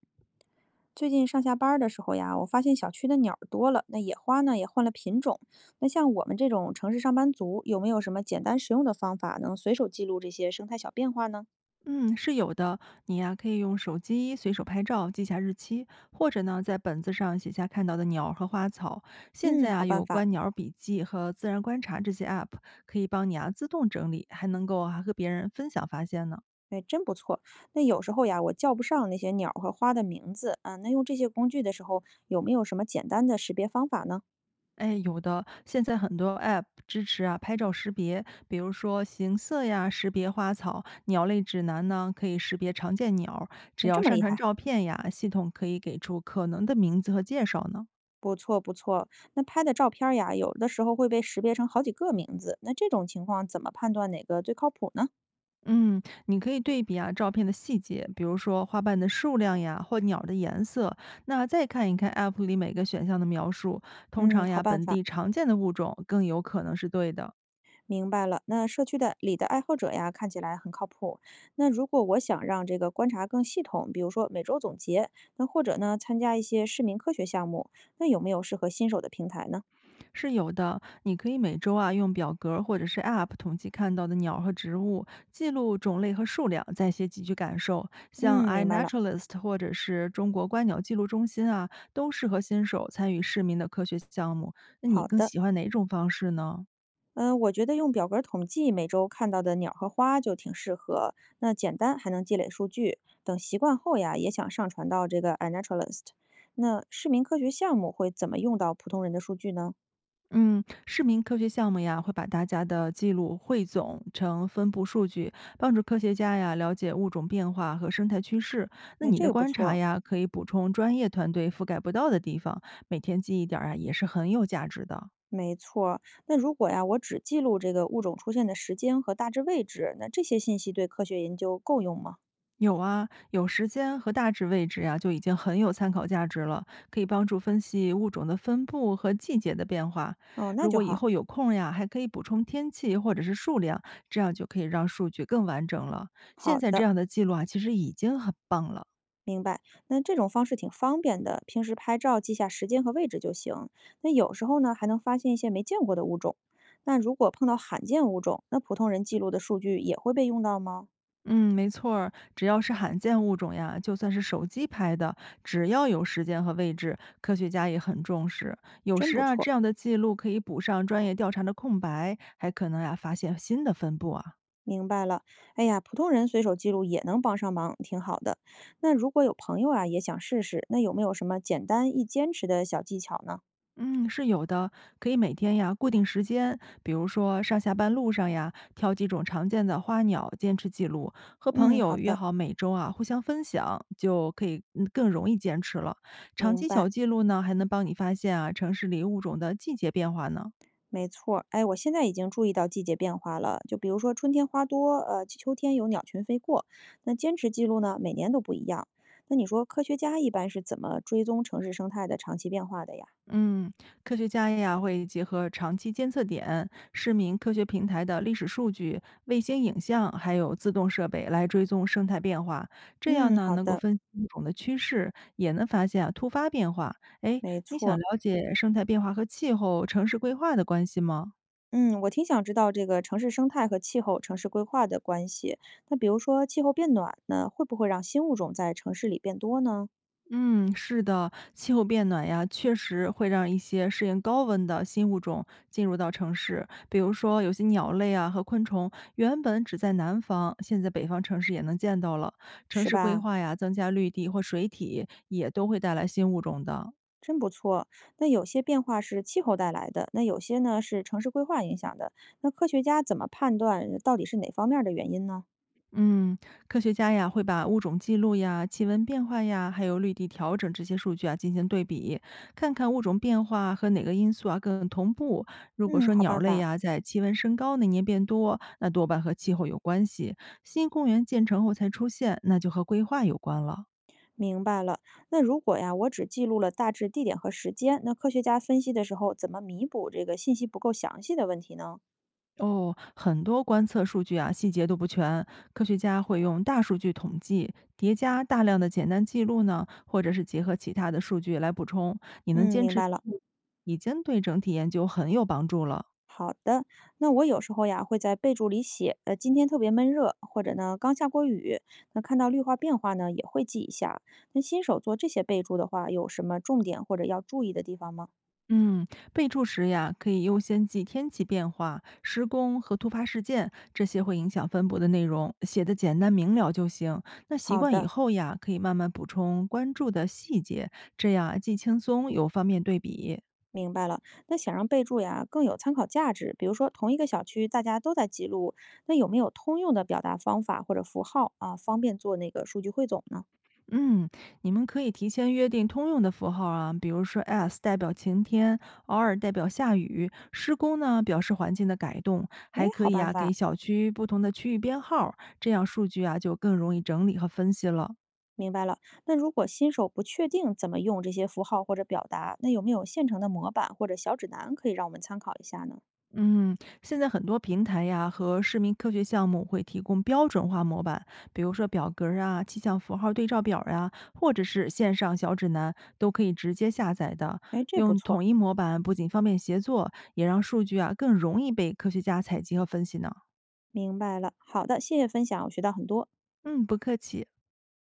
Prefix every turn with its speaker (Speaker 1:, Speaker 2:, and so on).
Speaker 1: 最近上下班儿的时候呀，我发现小区的鸟儿多了，那野花呢也换了品种。那像我们这种城市上班族，有没有什么简单实用的方法，能随手记录这些生态小变化呢？
Speaker 2: 嗯，是有的。你呀、可以用手机随手拍照，记下日期，或者呢，在本子上写下看到的鸟儿和花草。现
Speaker 1: 嗯，
Speaker 2: 在啊，
Speaker 1: 好办
Speaker 2: 有
Speaker 1: 法，
Speaker 2: 观鸟笔记和自然观察这些 app，可以帮你啊自动整理，还能够还、和别人分享发现呢。
Speaker 1: 哎，真不错。那有时候呀，我叫不上那些鸟儿和花的名字啊，那用这些工具的时候，有没有什么简单的识别方法呢？
Speaker 2: 哎，有的，现在很多 app 支持啊拍照识别，比如说形色呀识别花草，鸟类指南呢可以识别常见鸟儿，只
Speaker 1: 哎，
Speaker 2: 要
Speaker 1: 这么
Speaker 2: 上
Speaker 1: 厉
Speaker 2: 传
Speaker 1: 害，
Speaker 2: 照片呀，系统可以给出可能的名字和介绍呢。
Speaker 1: 那拍的照片儿呀，有的时候会被识别成好几个名字，那这种情况怎么判断哪个最靠谱呢？
Speaker 2: 嗯，你可以对比啊照片的细节，比如说花瓣的数量呀，或鸟的颜色。那再看一看 App 里每个选项的描述，通
Speaker 1: 嗯，
Speaker 2: 常
Speaker 1: 好
Speaker 2: 呀
Speaker 1: 办
Speaker 2: 本
Speaker 1: 法。
Speaker 2: 地常见的物种更有可能是对的，
Speaker 1: 明白了，那社区的里的爱好者呀，看起来很靠谱。那如果我想让这个观察更系统，比如说每周总结，那或者呢参加一些市民科学项目，那有没有适合新手的平台呢？
Speaker 2: 是有的。你可以每周啊用表格或者是 App 统计看到的鸟和植物，记录种类和数量，再写几句感受。像
Speaker 1: 嗯，明白了。
Speaker 2: iNaturalist 或者是中国观鸟记录中心啊，都适合新手参与市民的科学项目。那你
Speaker 1: 好
Speaker 2: 更
Speaker 1: 的，
Speaker 2: 喜欢哪种方式呢？
Speaker 1: 嗯、我觉得用表格统计每周看到的鸟和花就挺适合。那简单还能积累数据，等习惯后呀，也想上传到这个 iNaturalist。那市民科学项目会怎么用到普通人的数据呢？
Speaker 2: 嗯，市民科学项目呀，会把大家的记录汇总成分布数据，帮助科学家呀了解物种变化和生态趋势。那
Speaker 1: 哎，
Speaker 2: 你
Speaker 1: 这
Speaker 2: 的
Speaker 1: 个不
Speaker 2: 观察
Speaker 1: 错。
Speaker 2: 呀，可以补充专业团队覆盖不到的地方，每天记一点儿啊，也是很有价值的。
Speaker 1: 没错儿那如果呀，我只记录这个物种出现的时间和大致位置，那这些信息对科学研究够用吗？
Speaker 2: 有啊，有时间和大致位置呀、就已经很有参考价值了，可以帮助分析物种的分布和季节的变化。
Speaker 1: 哦，那
Speaker 2: 如
Speaker 1: 就
Speaker 2: 果以
Speaker 1: 好。
Speaker 2: 后有空呀，还可以补充天气或者是数量，这样就可以让数据更完整了。现
Speaker 1: 好
Speaker 2: 在这
Speaker 1: 的，
Speaker 2: 样的记录啊，其实已经很棒了。
Speaker 1: 明白。那这种方式挺方便的，平时拍照记下时间和位置就行。那有时候呢，还能发现一些没见过的物种。那如果碰到罕见物种，那普通人记录的数据也会被用到吗？
Speaker 2: 嗯，没错儿，只要是罕见物种呀，就算是手机拍的，只要有时间和位置，科学家也很重视。有
Speaker 1: 真
Speaker 2: 时
Speaker 1: 不
Speaker 2: 啊，这
Speaker 1: 错。
Speaker 2: 样的记录可以补上专业调查的空白，还可能呀发现新的分布啊。
Speaker 1: 明白了，哎呀，普通人随手记录也能帮上忙，挺好的。那如果有朋友啊也想试试，那有没有什么简单易坚持的小技巧呢？
Speaker 2: 嗯，是有的，可以每天呀，固定时间，比如说上下班路上呀，挑几种常见的花鸟，坚持记录，和朋
Speaker 1: 嗯，
Speaker 2: 友
Speaker 1: 好
Speaker 2: 约
Speaker 1: 的，
Speaker 2: 好每周啊互相分享，就可以更容易坚持了。长
Speaker 1: 明
Speaker 2: 期小
Speaker 1: 白，
Speaker 2: 记录呢，还能帮你发现啊城市里物种的季节变化呢。
Speaker 1: 没错儿。哎，我现在已经注意到季节变化了，就比如说春天花多，秋天有鸟群飞过。那坚持记录呢，每年都不一样。那你说科学家一般是怎么追踪城市生态的长期变化的呀？
Speaker 2: 嗯，科学家呀会结合长期监测点、市民科学平台的历史数据、卫星影像，还有自动设备来追踪生态变化。这样
Speaker 1: 嗯，
Speaker 2: 呢，
Speaker 1: 好
Speaker 2: 能够
Speaker 1: 的，
Speaker 2: 分析物种的趋势，也能发现啊突发变化。哎，
Speaker 1: 没
Speaker 2: 你
Speaker 1: 错
Speaker 2: 想
Speaker 1: 儿。
Speaker 2: 了解生态变化和气候、城市规划的关系吗？
Speaker 1: 嗯，我挺想知道这个城市生态和气候、城市规划的关系。那比如说气候变暖呢，会不会让新物种在城市里变多呢？
Speaker 2: 嗯，是的，气候变暖呀，确实会让一些适应高温的新物种进入到城市。比如说，有些鸟类啊和昆虫原本只在南方，现在北方城市也能见到了。城
Speaker 1: 是
Speaker 2: 市规
Speaker 1: 吧？
Speaker 2: 划呀，增加绿地或水体，也都会带来新物种的。
Speaker 1: 真不错。那有些变化是气候带来的，那有些呢是城市规划影响的。那科学家怎么判断到底是哪方面儿的原因呢？
Speaker 2: 嗯，科学家呀会把物种记录呀、气温变化呀，还有绿地调整这些数据啊进行对比，看看物种变化和哪个因素啊更同步。如果
Speaker 1: 嗯，
Speaker 2: 说
Speaker 1: 好
Speaker 2: 鸟
Speaker 1: 办
Speaker 2: 类
Speaker 1: 法，
Speaker 2: 呀在气温升高那年变多，那多半和气候有关系；新公园建成后才出现，那就和规划有关了。
Speaker 1: 明白了。那如果呀，我只记录了大致地点和时间，那科学家分析的时候怎么弥补这个信息不够详细的问题呢？
Speaker 2: 哦，很多观测数据啊，细节都不全。科学家会用大数据统计，叠加大量的简单记录呢，或者是结合其他的数据来补充。你能
Speaker 1: 嗯，
Speaker 2: 坚
Speaker 1: 明
Speaker 2: 持，
Speaker 1: 白了。
Speaker 2: 已经对整体研究很有帮助了。
Speaker 1: 好的，那我有时候呀会在备注里写，今天特别闷热，或者呢刚下过雨，那看到绿化变化呢也会记一下。那新手做这些备注的话，有什么重点或者要注意的地方吗？
Speaker 2: 嗯，备注时呀，可以优先记天气变化、施工和突发事件，这些会影响分布的内容，写的简单明了就行。那习
Speaker 1: 好
Speaker 2: 惯以
Speaker 1: 的，
Speaker 2: 后呀，可以慢慢补充关注的细节，这样啊既轻松又方便对比。
Speaker 1: 明白了。那想让备注呀更有参考价值，比如说同一个小区大家都在记录，那有没有通用的表达方法或者符号啊，方便做那个数据汇总呢？
Speaker 2: 嗯，你们可以提前约定通用的符号啊，比如说 S 代表晴天，R 代表下雨，施工呢表示环境的改动，
Speaker 1: 哎，
Speaker 2: 还可
Speaker 1: 好
Speaker 2: 以
Speaker 1: 办
Speaker 2: 啊给
Speaker 1: 法。
Speaker 2: 小区不同的区域编号，这样数据啊就更容易整理和分析了。
Speaker 1: 明白了。那如果新手不确定怎么用这些符号或者表达，那有没有现成的模板或者小指南可以让我们参考一下呢？
Speaker 2: 嗯，现在很多平台呀和市民科学项目会提供标准化模板，比如说表格儿啊、气象符号对照表儿啊，或者是线上小指南，都可以直接下载的。
Speaker 1: 哎，这不
Speaker 2: 用
Speaker 1: 错，
Speaker 2: 统一模板不仅方便协作，也让数据啊更容易被科学家采集和分析呢。
Speaker 1: 明白了。好的，谢谢分享，我学到很多。
Speaker 2: 嗯，不客气。